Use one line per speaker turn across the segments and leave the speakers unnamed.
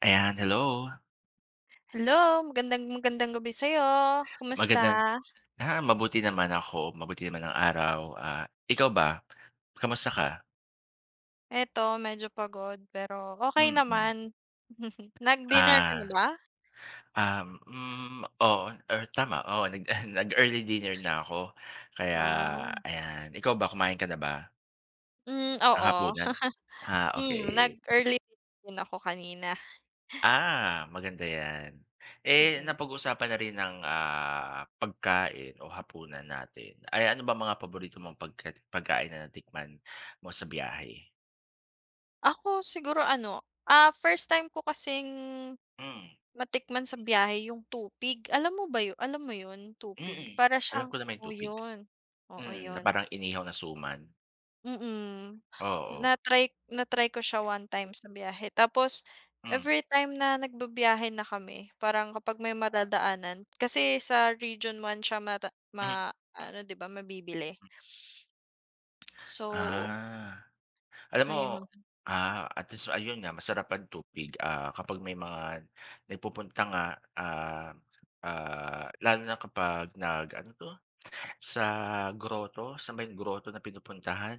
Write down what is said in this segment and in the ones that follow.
Ayan, hello.
Hello, magandang magandang gabi sa'yo. Kumusta?
Magandang mabuti naman ako, mabuti naman ang araw. Ikaw ba? Kamusta ka?
Eto medyo pagod pero okey
Mm.
naman. Nag-dinner ka na
Ah,
ba?
oo, or tama, oo, nag-early dinner na ako. Kaya
Oh,
ayan, ikaw ba, kumain ka na ba
hmm,
ang
oo.
hapunan? Ah,
Hmm,
okay.
nag-early din ako kanina,
Ah, maganda 'yan. Eh,
mm.
napag-usapan na rin ng, pagkain o hapunan natin. Ay, ano ba mga paborito mong pagkain na natikman mo sa biyahe?
Ako siguro ano, first time ko kasing
Hmm,
matikman sa biyahe yung tupig. Alam mo yun, tupig?
mm.
Para
Alam
siyang
ko naman yung
oo
tupig.
yun, oo
Mm, na
yun,
parang inihaw na suman.
mm.
Oo,
Na-try ko siya one time sa biyahe, tapos
hmm,
every time na nagbibiyahe na kami parang kapag may madadaanan kasi sa Region one siya mata
hmm.
ma-ano, 'di ba, mabibili. So
Ah, alam mo
ayun,
at least ayun nga masarap ang tupig, ah, kapag may mga nagpupunta nga, ah, lalo na kapag nag ano 'to, sa grotto, saan ba yung grotto na pinupuntahan?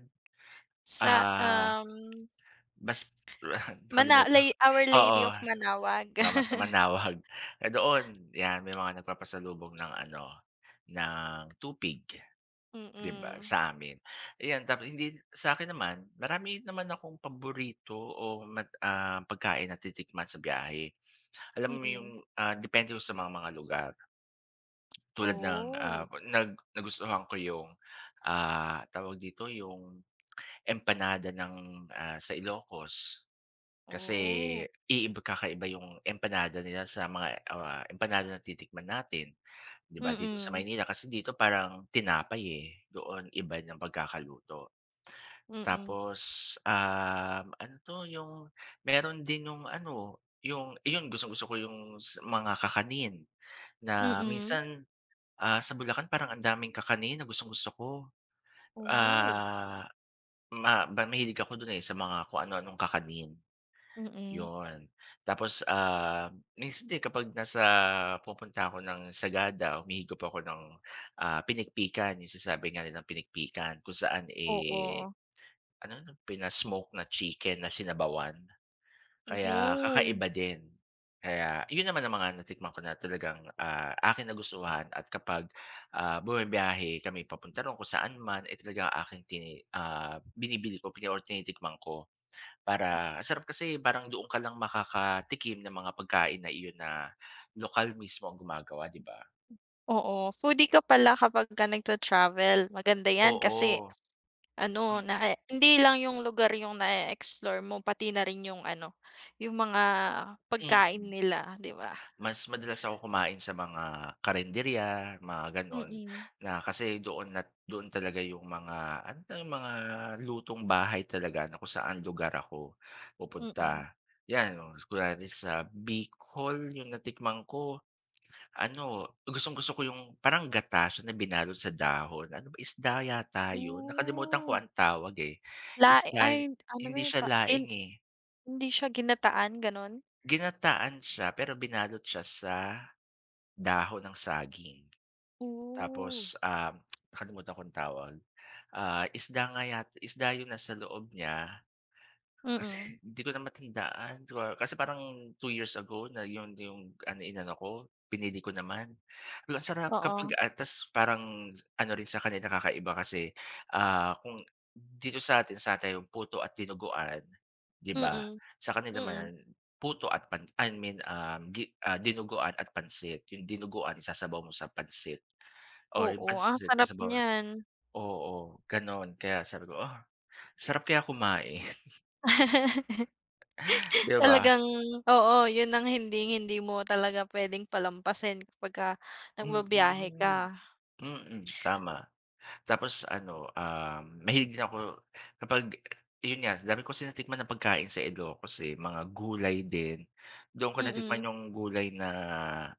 sa,
Ah, bas
Mana
nakalimutan
lay Our
oo.
Lady of Manawag.
Tama, sa Manawag. Eh, doon 'yan may mga nagpapasalubong ng ano, ng tupig, 'di ba,
Mm,
sa amin. Ayan, tapos hindi sa akin naman, marami naman akong paborito pagkain na titikman sa biyahe. Alam mo yung,
mm.
ah, depende yun sa mga lugar. Tulad ng,
Oh,
nagustuhan ko yung, ah, tawag dito, yung empanada ng, ah, sa Ilocos. Kasi
oh.
kakaiba yung empanada nila sa mga, ah, empanada na titikman natin, 'di ba, dito sa
Mm,
Maynila. Kasi dito parang tinapay, eh, doon iba ng pagkakaluto.
mm,
Tapos, yung meron din yung ano, yung iyon gustong-gusto ko yung mga kakanin na
mm.
minsan, ah, sa Bulacan parang ang daming kakanin na gustong-gusto ko.
Oh,
Ah, ma ba mahilig ako dun, eh, sa mga kung ano-anong kakanin.
mm.
Yun. Tapos, ah, minsan din kapag pupunta ako ng Sagada, humihigop ako ng, ah, pinikpikan, yung sinasabi nga nilang pinikpikan kung saan, eh,
Oo,
ano 'no, pina-smoke na chicken na sinabawan. Kaya
oo.
kakaiba din. Kaya yun naman ang mga natikman ko na talagang, ah, aking nagustuhan at kapag, ah, bumibiyahe kami papunta roon kung saan man, eh, talagang binibili ko pini or tinitikman ko. Para ang sarap kasi parang doon ka lang makakatikim ng mga pagkain na iyon na lokal mismo ang gumagawa, 'di ba?
Oo, foodie ka pala kapagka nagta-travel, maganda 'yan kasi
Oo,
ano na
mm,
hindi lang 'yung lugar 'yung na explore mo, pati na rin 'yung ano, 'yung mga pagkain
mm.
nila, 'di ba?
Mas madalas ako kumain sa mga karenderya, mga gano'n,
Mm,
na kasi doon at doon talaga yung mga ano na yung mga lutong bahay talaga na kung saan lugar ako
mm.
pupunta. 'Yan, no, kunwari sa Bicol yung natikman ko ano, gustong-gusto ko yung parang gatas na binalot sa dahon. Ano ba, isda yata yun? Nakalimutan
Oo
ko ang tawag, eh.
la
Isda
ay ano ba
Hindi
'yun
siya
pa gin,
laing, eh.
hindi siya ginataan gano'n?
Ginataan siya pero binalot siya sa dahon ng saging.
Oh,
Tapos, um, nakalimutan ko ang tawag. Ah, isda nga yata isda yung nasa loob niya.
mm,
Hindi ko na matandaan ka kasi parang 2 years ago na yun yung ano inano ko, pinili ko naman. Pero ang sarap
oo,
kapag atas parang ano rin sa kanila kakaiba kasi, ah, kung dito sa'tin sa atin yung puto at dinuguan, 'di ba?
mm,
Sa kanila
mm.
naman puto at pan I mean, um, gi ah, dinuguan at pansit. Yung dinuguan isasabaw mo sa pansit or yung
Oo, ang
pansit
sarap
sasabawan
niyan.
oo, gano'n. Kaya sabi ko, "Ah, sarap kaya kumain." 'Di ba?
Talagang oo, yun ang hindi hindi mo talaga puwedeng palampasin kapagka nagbibiyahe
Mm.
ka.
Mm, tama. Tapos ano, um, mahilig din ako kapag yun nga, dami ko sinatikman ng pagkain sa Ilocos, eh, mga gulay din. Doon ko natikman
Mm.
yung gulay na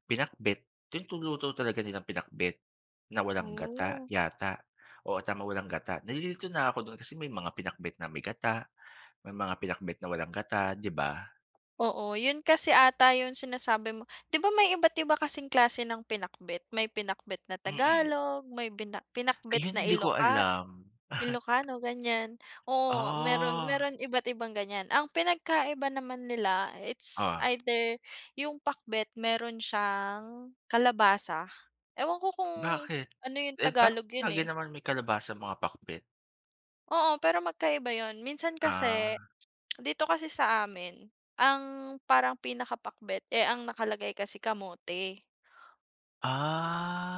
pinakbet, yung luto talaga nilang pinakbet na walang gata
Oh.
yata. O tama, walang gata. Nalilito na ako doon kasi may mga pinakbet na may gata, may mga pinakbet na walang gata, 'di ba?
Oo, yun kasi ata yung sinasabi mo, 'di ba may iba't iba kasing klase ng pinakbet? May pinakbet na
Mm.
Tagalog, may bina pinakbet
Ayun,
na
hindi ko
Iloka
alam.
Ilocano, ganyan. Oo, meron
Oh,
meron iba't ibang ganyan. Ang pinagkaiba naman nila, it's
oh.
either yung pakbet meron siyang kalabasa. Ewan ko kung
Bakit?
ano yung
Eh, parang
Tagalog yun,
lagi
eh.
naman may kalabasa ang mga pakbet.
Oo, pero magkaiba yun. Minsan kasi
Ah.
dito kasi sa amin, ang parang pinakapakbet, eh, ang nakalagay kasi kamote.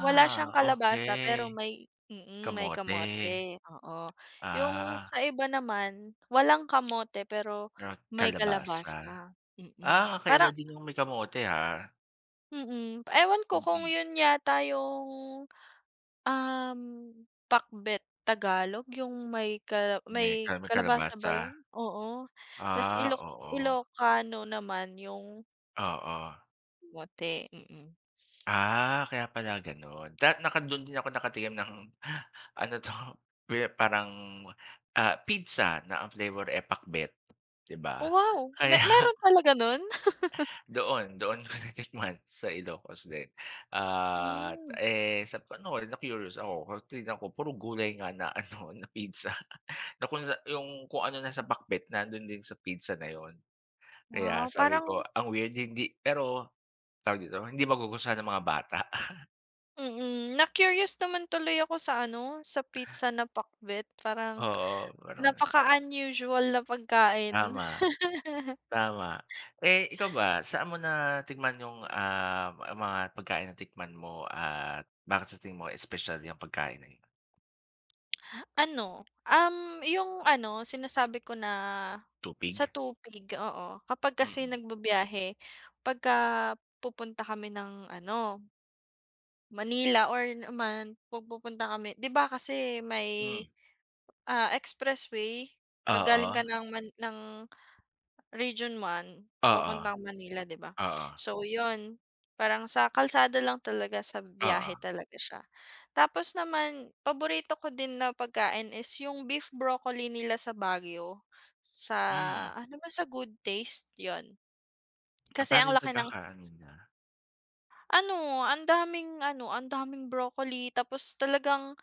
Wala siyang kalabasa pero
okey.
may mm, may
Kamote.
kamote, oo. Yung
Ah,
sa iba naman, walang kamote pero
na
may
kalabasa.
kalabasa,
Ah,
mm.
kakaiba
Parang
din yung may kamote, ha?
mm, ewan ko kung
Mm,
yun yata yung, um, pakbet Tagalog yung may may
may
kalabasa
kalabasa.
ba yun? Oo. Tas
Ah, oo.
Ilocano naman yung
Oo.
Mote, mm.
Ah, kaya pala gano'n. Da naka Do'n din ako nakatikim ng ano 'to, we parang, pizza na ang flavor, eh, pakbet, 'di ba?
Wow!
Kaya
Meron talaga nun?
doon, doon ko natikman sa Ilocos din. At,
Hmm,
eh, sabi ko ano, na-curious ako, tinignan ko puro gulay nga na ano, na pizza, na kung sa yung kung ano nasa pakbet nandun din sa pizza na yon. Kaya
wow
sabi
parang
ko, ang weird hindi pero tawag dito, hindi magugustuhan ng mga bata.
mm, na-curious naman tuloy ako sa ano, sa pizza na pakbet, parang
Oo, parang
napaka-unusual na pagkain.
tama, tama. Eh, ikaw ba, saan mo natikman yung, ah, ang mga pagkain na tikman mo at bakit sa tingin mo espesyal yang pagkain na yun?
Ano, yung ano sinasabi ko na sa
Tupig?
tupig, oo, kapag kasi
Mm.
nagbibiyahe pagka pupunta kami ng ano, Manila or naman pag pupunta kami, 'di ba kasi
Hmm,
may Ah, expressway, 'pag galing
oo,
ka ng Region 1
oo,
papuntang Manila, 'di ba?
oo,
So yun, parang sa kalsada lang talaga, sa
oo,
biyahe talaga siya. Tapos naman paborito ko din na pagkain is yung beef broccoli nila sa Baguio, sa
hmm.
ano ba sa Good Taste, yun.
Ah,
Kasi
paano
ang
yung
laki ng
pagkakaano na
ano, ang daming broccoli tapos talagang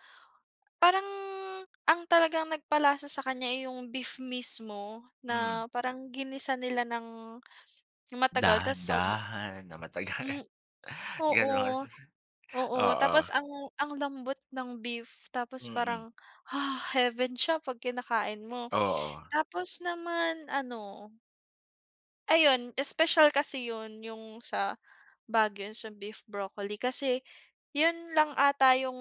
parang ang talagang nagpalasa sa kanya, eh, yung beef mismo
hmm,
na parang ginisa nila ng matagal tas sob,
dahan-dahan na matagal,
hmm,
gano'n?
oo. Oo,
Oo,
tapos ang lambot ng beef tapos
mm,
parang, heaven siya 'pag kinakain mo.
oo,
Tapos naman ano, ayun espesyal kasi yun yung sa Baguio, yung sa beef broccoli kasi yun lang ata yung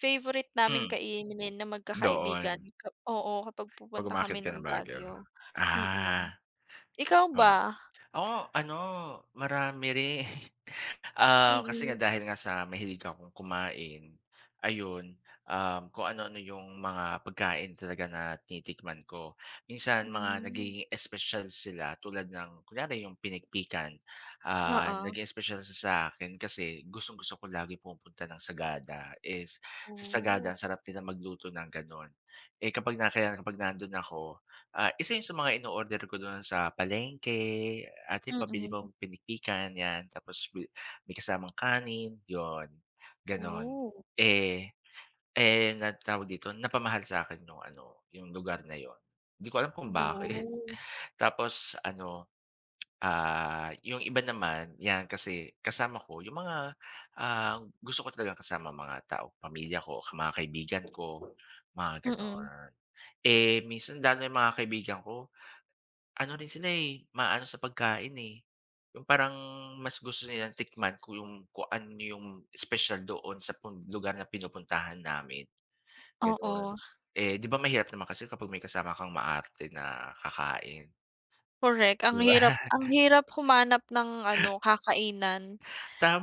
favorite naming
hmm,
kainin na magkakaibigan
doon,
ka, oo, kapag
'pag
pupunta kami
umaakyat ka
ng
ng Baguio?
Baguio, mm.
Ah,
Ikaw
oo.
ba?
Oo, ano, marami rin. Ah, kasi
Mm.
nga dahil nga sa mahilig akong kumain, ayun, um, kung ano-ano yung mga pagkain talaga na tinitikman ko. Minsan mga
Hmm,
nagiging espesyal sila tulad ng kunwari yung pinikpikan. Ah,
oo.
naging espesyal siya sa akin kasi gustong-gusto ko lagi pumunta ng Sagada. Sa Sagada
Oh.
ang sarap nila magluto ng gano'n. Eh kapag na kaya kapag nandun ako ah, isa 'yun sa mga ino-order ko doon sa palengke, "Ate pabili
Mm.
pong pinikpikan." 'Yan, tapos may kasamang kanin, yon gano'n.
Oh,
Eh na tawag dito, napamahal sa akin yung ano, yung lugar na yon. 'Di ko alam kung
mm.
bakit.
Oh,
Tapos ano, ah, yung iba naman 'yan kasi kasama ko yung mga, ah, gusto ko talaga kasama mga tao, pamilya ko, mga kaibigan ko, mga
mm.
gano'n. Eh, minsan lalo yung mga kaibigan ko ano rin sila, eh, maano sa pagkain, eh. Yung parang mas gusto nilang tikman kung yung kung ano yung espesyal doon sa lugar na pinupuntahan namin, gano'n.
Oo,
Eh, 'di ba mahirap naman kasi kapag may kasama kang maarte na kakain,
correct. Ang
'di ba?
hirap, humanap ng ano, kakainan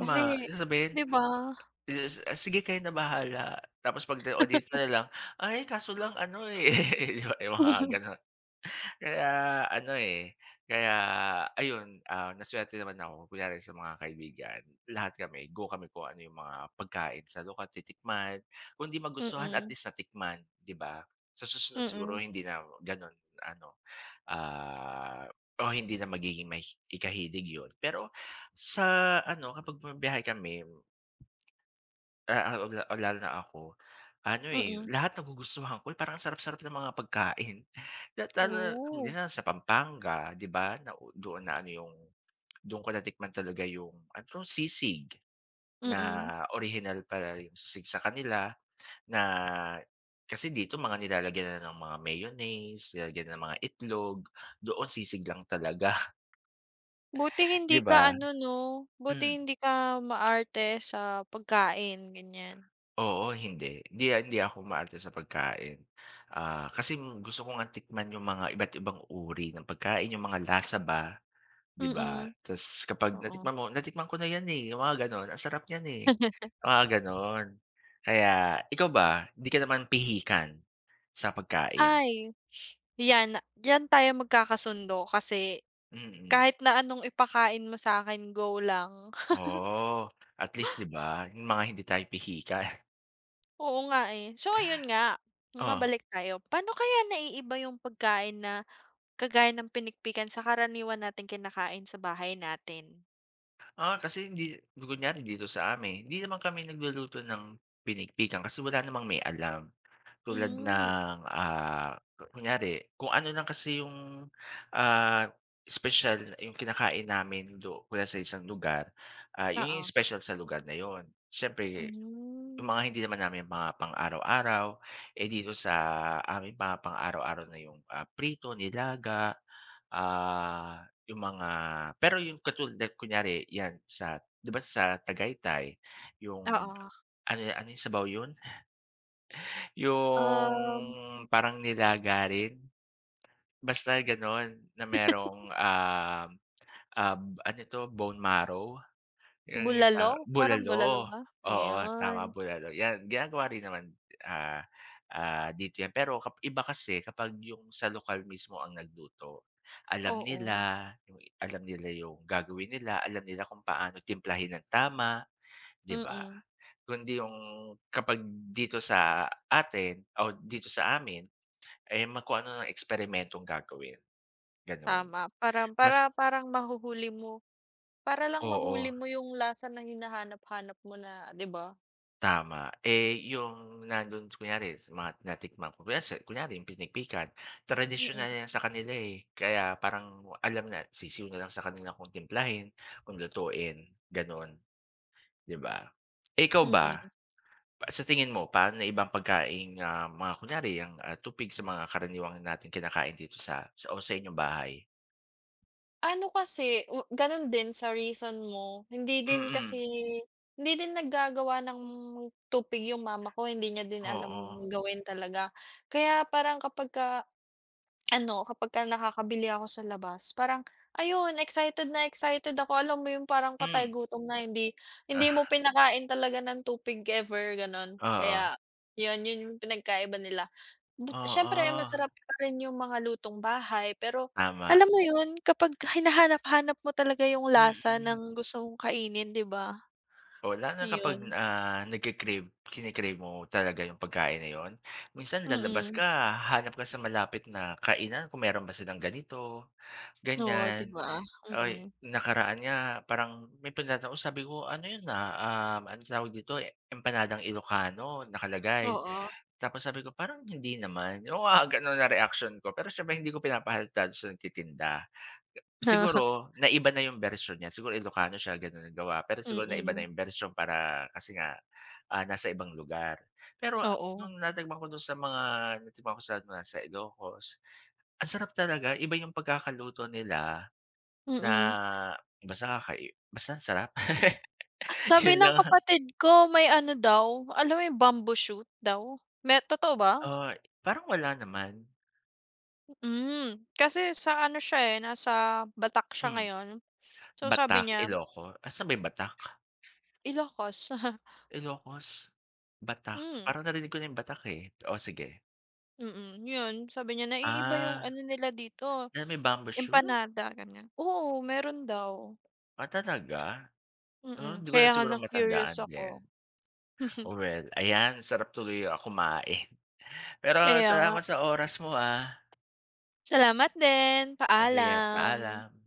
kasi,
sasabihin,
'di ba?
is "Ah, sige kayo na bahala." Tapos 'pag, "O dito na lang," "Ay kaso lang ano, eh," 'di ba, yung mga gano'n. Kaya ano, eh, kaya ayun, ah, nasuwerte naman ako kunyari sa mga kaibigan, lahat kami go kami kung ano yung mga pagkain sa lokal titikman, kung 'di magustuhan at
Mm,
least natikman, 'di ba? Sa susunod siguro
mm,
hindi na gano'n ano, ah, o hindi na magiging may ikahilig 'yun. Pero sa ano, kapag bumibiyahe kami ah, oo, la o lalo na ako. Ano, eh,
mm.
lahat nagugustuhan ko, eh, parang ang sarap-sarap ng mga pagkain. Lahat lalo na
Oh.
minsan sa Pampanga, 'di ba, na doon na ano yung doon ko natikman talaga yung ano 'to, sisig na
Mm.
orihinal pala yung sisig sa kanila na kasi dito mga nilalagyan na ng mga mayonnaise, nilalagyan ng mga itlog, doon sisig lang talaga,
Buti
'di
hindi ka
ba?
ano, 'no, buti
Mm.
hindi ka maarte sa pagkain, ganyan.
Oo, hindi. Hindi ako maarte sa pagkain. Ah, kasi gusto ko ngang tikman yung mga iba't ibang uri ng pagkain, yung mga lasa ba, 'di ba?
Mm,
Tapos kapag
oo.
natikman mo, "Natikman ko na 'yan, eh," yung mga gano'n, "Ang sarap niyan, eh," mga gano'n. Kaya ikaw ba, hindi ka naman pihikan sa pagkain?
Ay, 'yan, diyan tayo magkakasundo kasi
Mm.
kahit na anong ipakain mo sa'kin, go lang.
Oo, at least 'di ba, yung mga hindi tayo pihikan.
Oo nga, eh. So ayun nga,
Oh,
mabalik tayo. Paano kaya naiiba yung pagkain na kagaya ng pinikpikan sa karaniwan nating kinakain sa bahay natin?
ah kasi hindi kunyari dito sa amin, hindi naman kami nagluluto ng pinigpikan kasi wala namang may alam. Tulad
Hmm,
ng, ah, kunyari kung ano lang kasi yung, ah, espesyal yung kinakain namin do mula sa isang lugar, ah, yun yung
oo.
special sa lugar na yun. Siyempre yung
Hmm,
mga hindi naman namin mga pang-araw-araw, eh, dito sa amin mga pang-araw-araw na yung, ah, prito, nilaga, ah, yung mga pero yung katulad na kunyari yan sa 'di ba sa Tagaytay yung
oo.
ano ano yung sabaw yun? Yung
Um,
parang nilagarin, basta gano'n na merong, um, um, ano 'to, bone marrow, yung
bulalo,
ta
parang bulalo
bulalo,
ba?
oo,
Ayan,
tama, bulalo, 'yan ginagawa rin naman, ah, dito 'yan. Pero iba kasi kapag yung sa lokal mismo ang nagluto,
oo,
alam nila yung gagawin nila, alam nila kung paano timplahin ng tama, 'di ba?
mm,
Kundi yung kapag dito sa atin o dito sa amin, eh, ma kung ano ng eksperimentong gagawin, gano'n.
tama. Para para
Mas
Parang mahuhuli mo, para lang
oo,
mahuli mo yung lasa na hinahanap-hanap mo na, 'di ba?
tama. Eh, yung nando'n kunyari sa mga natikman ko kunyari yung pinikpikan,
Mm,
tradisyonal na yan sa kanila, eh, kaya parang alam na sisiw na lang sa kanila kung timplahin, kung lutuin, gano'n, 'di ba? Eh, ikaw ba,
mm.
pa sa tingin mo paano na ibang pagkaing, ah, mga kunyari ang, ah, tupig sa mga karaniwang natin kinakain dito sa inyong bahay?
Ano kasi u gano'n din sa reason mo,
Mm,
hindi din naggagawa ng tupig yung mama ko, hindi niya din alam
oo.
gawin talaga. Kaya parang kapagka ano, kapagka nakakabili ako sa labas, parang ayun excited na excited ako. Alam mo yung parang
Hmm,
patay gutom na hindi hindi mo pinakain talaga ng tupig ever gano'n.
oo.
Kaya yun, yun yung pinagkaiba nila. Bu siyempre
Oo,
masarap pa rin yung mga lutong bahay pero
tama.
alam mo yun kapag hinahanap-hanap mo talaga yung lasa
Mm.
ng gusto mong kainin, 'di ba?
O lalo na kapag,
Yun.
ah, nagke-crave kini-crave mo talaga yung pagkain na yun. Minsan
Mm.
lalabas ka,
Mm.
hahanap ka sa malapit na kainan kung meron ba silang ganito,
Oo, 'di
ganyan.
ba? Mm.
Ay,
Mm.
nakaraan nga parang may pinuntahan ko sabi ko, "Ano yun, ah, um, anong tawag dito, eh, empanadang Ilocano nakalagay."
Oo.
Tapos sabi ko, "Parang hindi naman." Yung mga gano'n na reaksyon ko. Pero siyempre hindi ko pinapahalata dun sa nagtitinda. Siguro naiba na yung bersyon niya, siguro Ilokano siya gano'n ang gawa, pero
Mm.
siguro naiba na
Mm.
yung bersyon para kasi nga, ah, nasa ibang lugar. Pero
Oo.
nung natikman ko dun sa mga natikman ko sa mga sa Ilocos, ang sarap talaga, iba yung pagkakaluto nila na
Mm.
basta ang sarap.
Sabi
Yun
ng
lang,
kapatid ko may ano daw, alam mo yung bamboo shoot daw? Me totoo ba?
oo, parang wala naman.
Hmm, kasi sa ano siya, eh, nasa Batak siya
Hmm,
ngayon. So sabi
Batak,
niya,
Asan ba yung Batak?
Ilocos.
Ilocos? Batak,
Hmm,
parang narinig ko na yung Batak, eh. Oh, sige.
mm, yun. Sabi niya, "Naiiba yung
Ah,
ano nila dito,
na may bamboo shoot?
empanada," ganyan. Oo, meron daw,
Ah, talaga? Ah,
mm.
hindi ko
Kaya
na
nga
siguro
na-curious
matandaan din.
ako.
Oh, well, ayan, sarap tuloy, ah, kumain. Pero
Kaya nga.
salamat sa oras mo, ah.
Salamat din,
Ah, sige,
paalam.
paalam.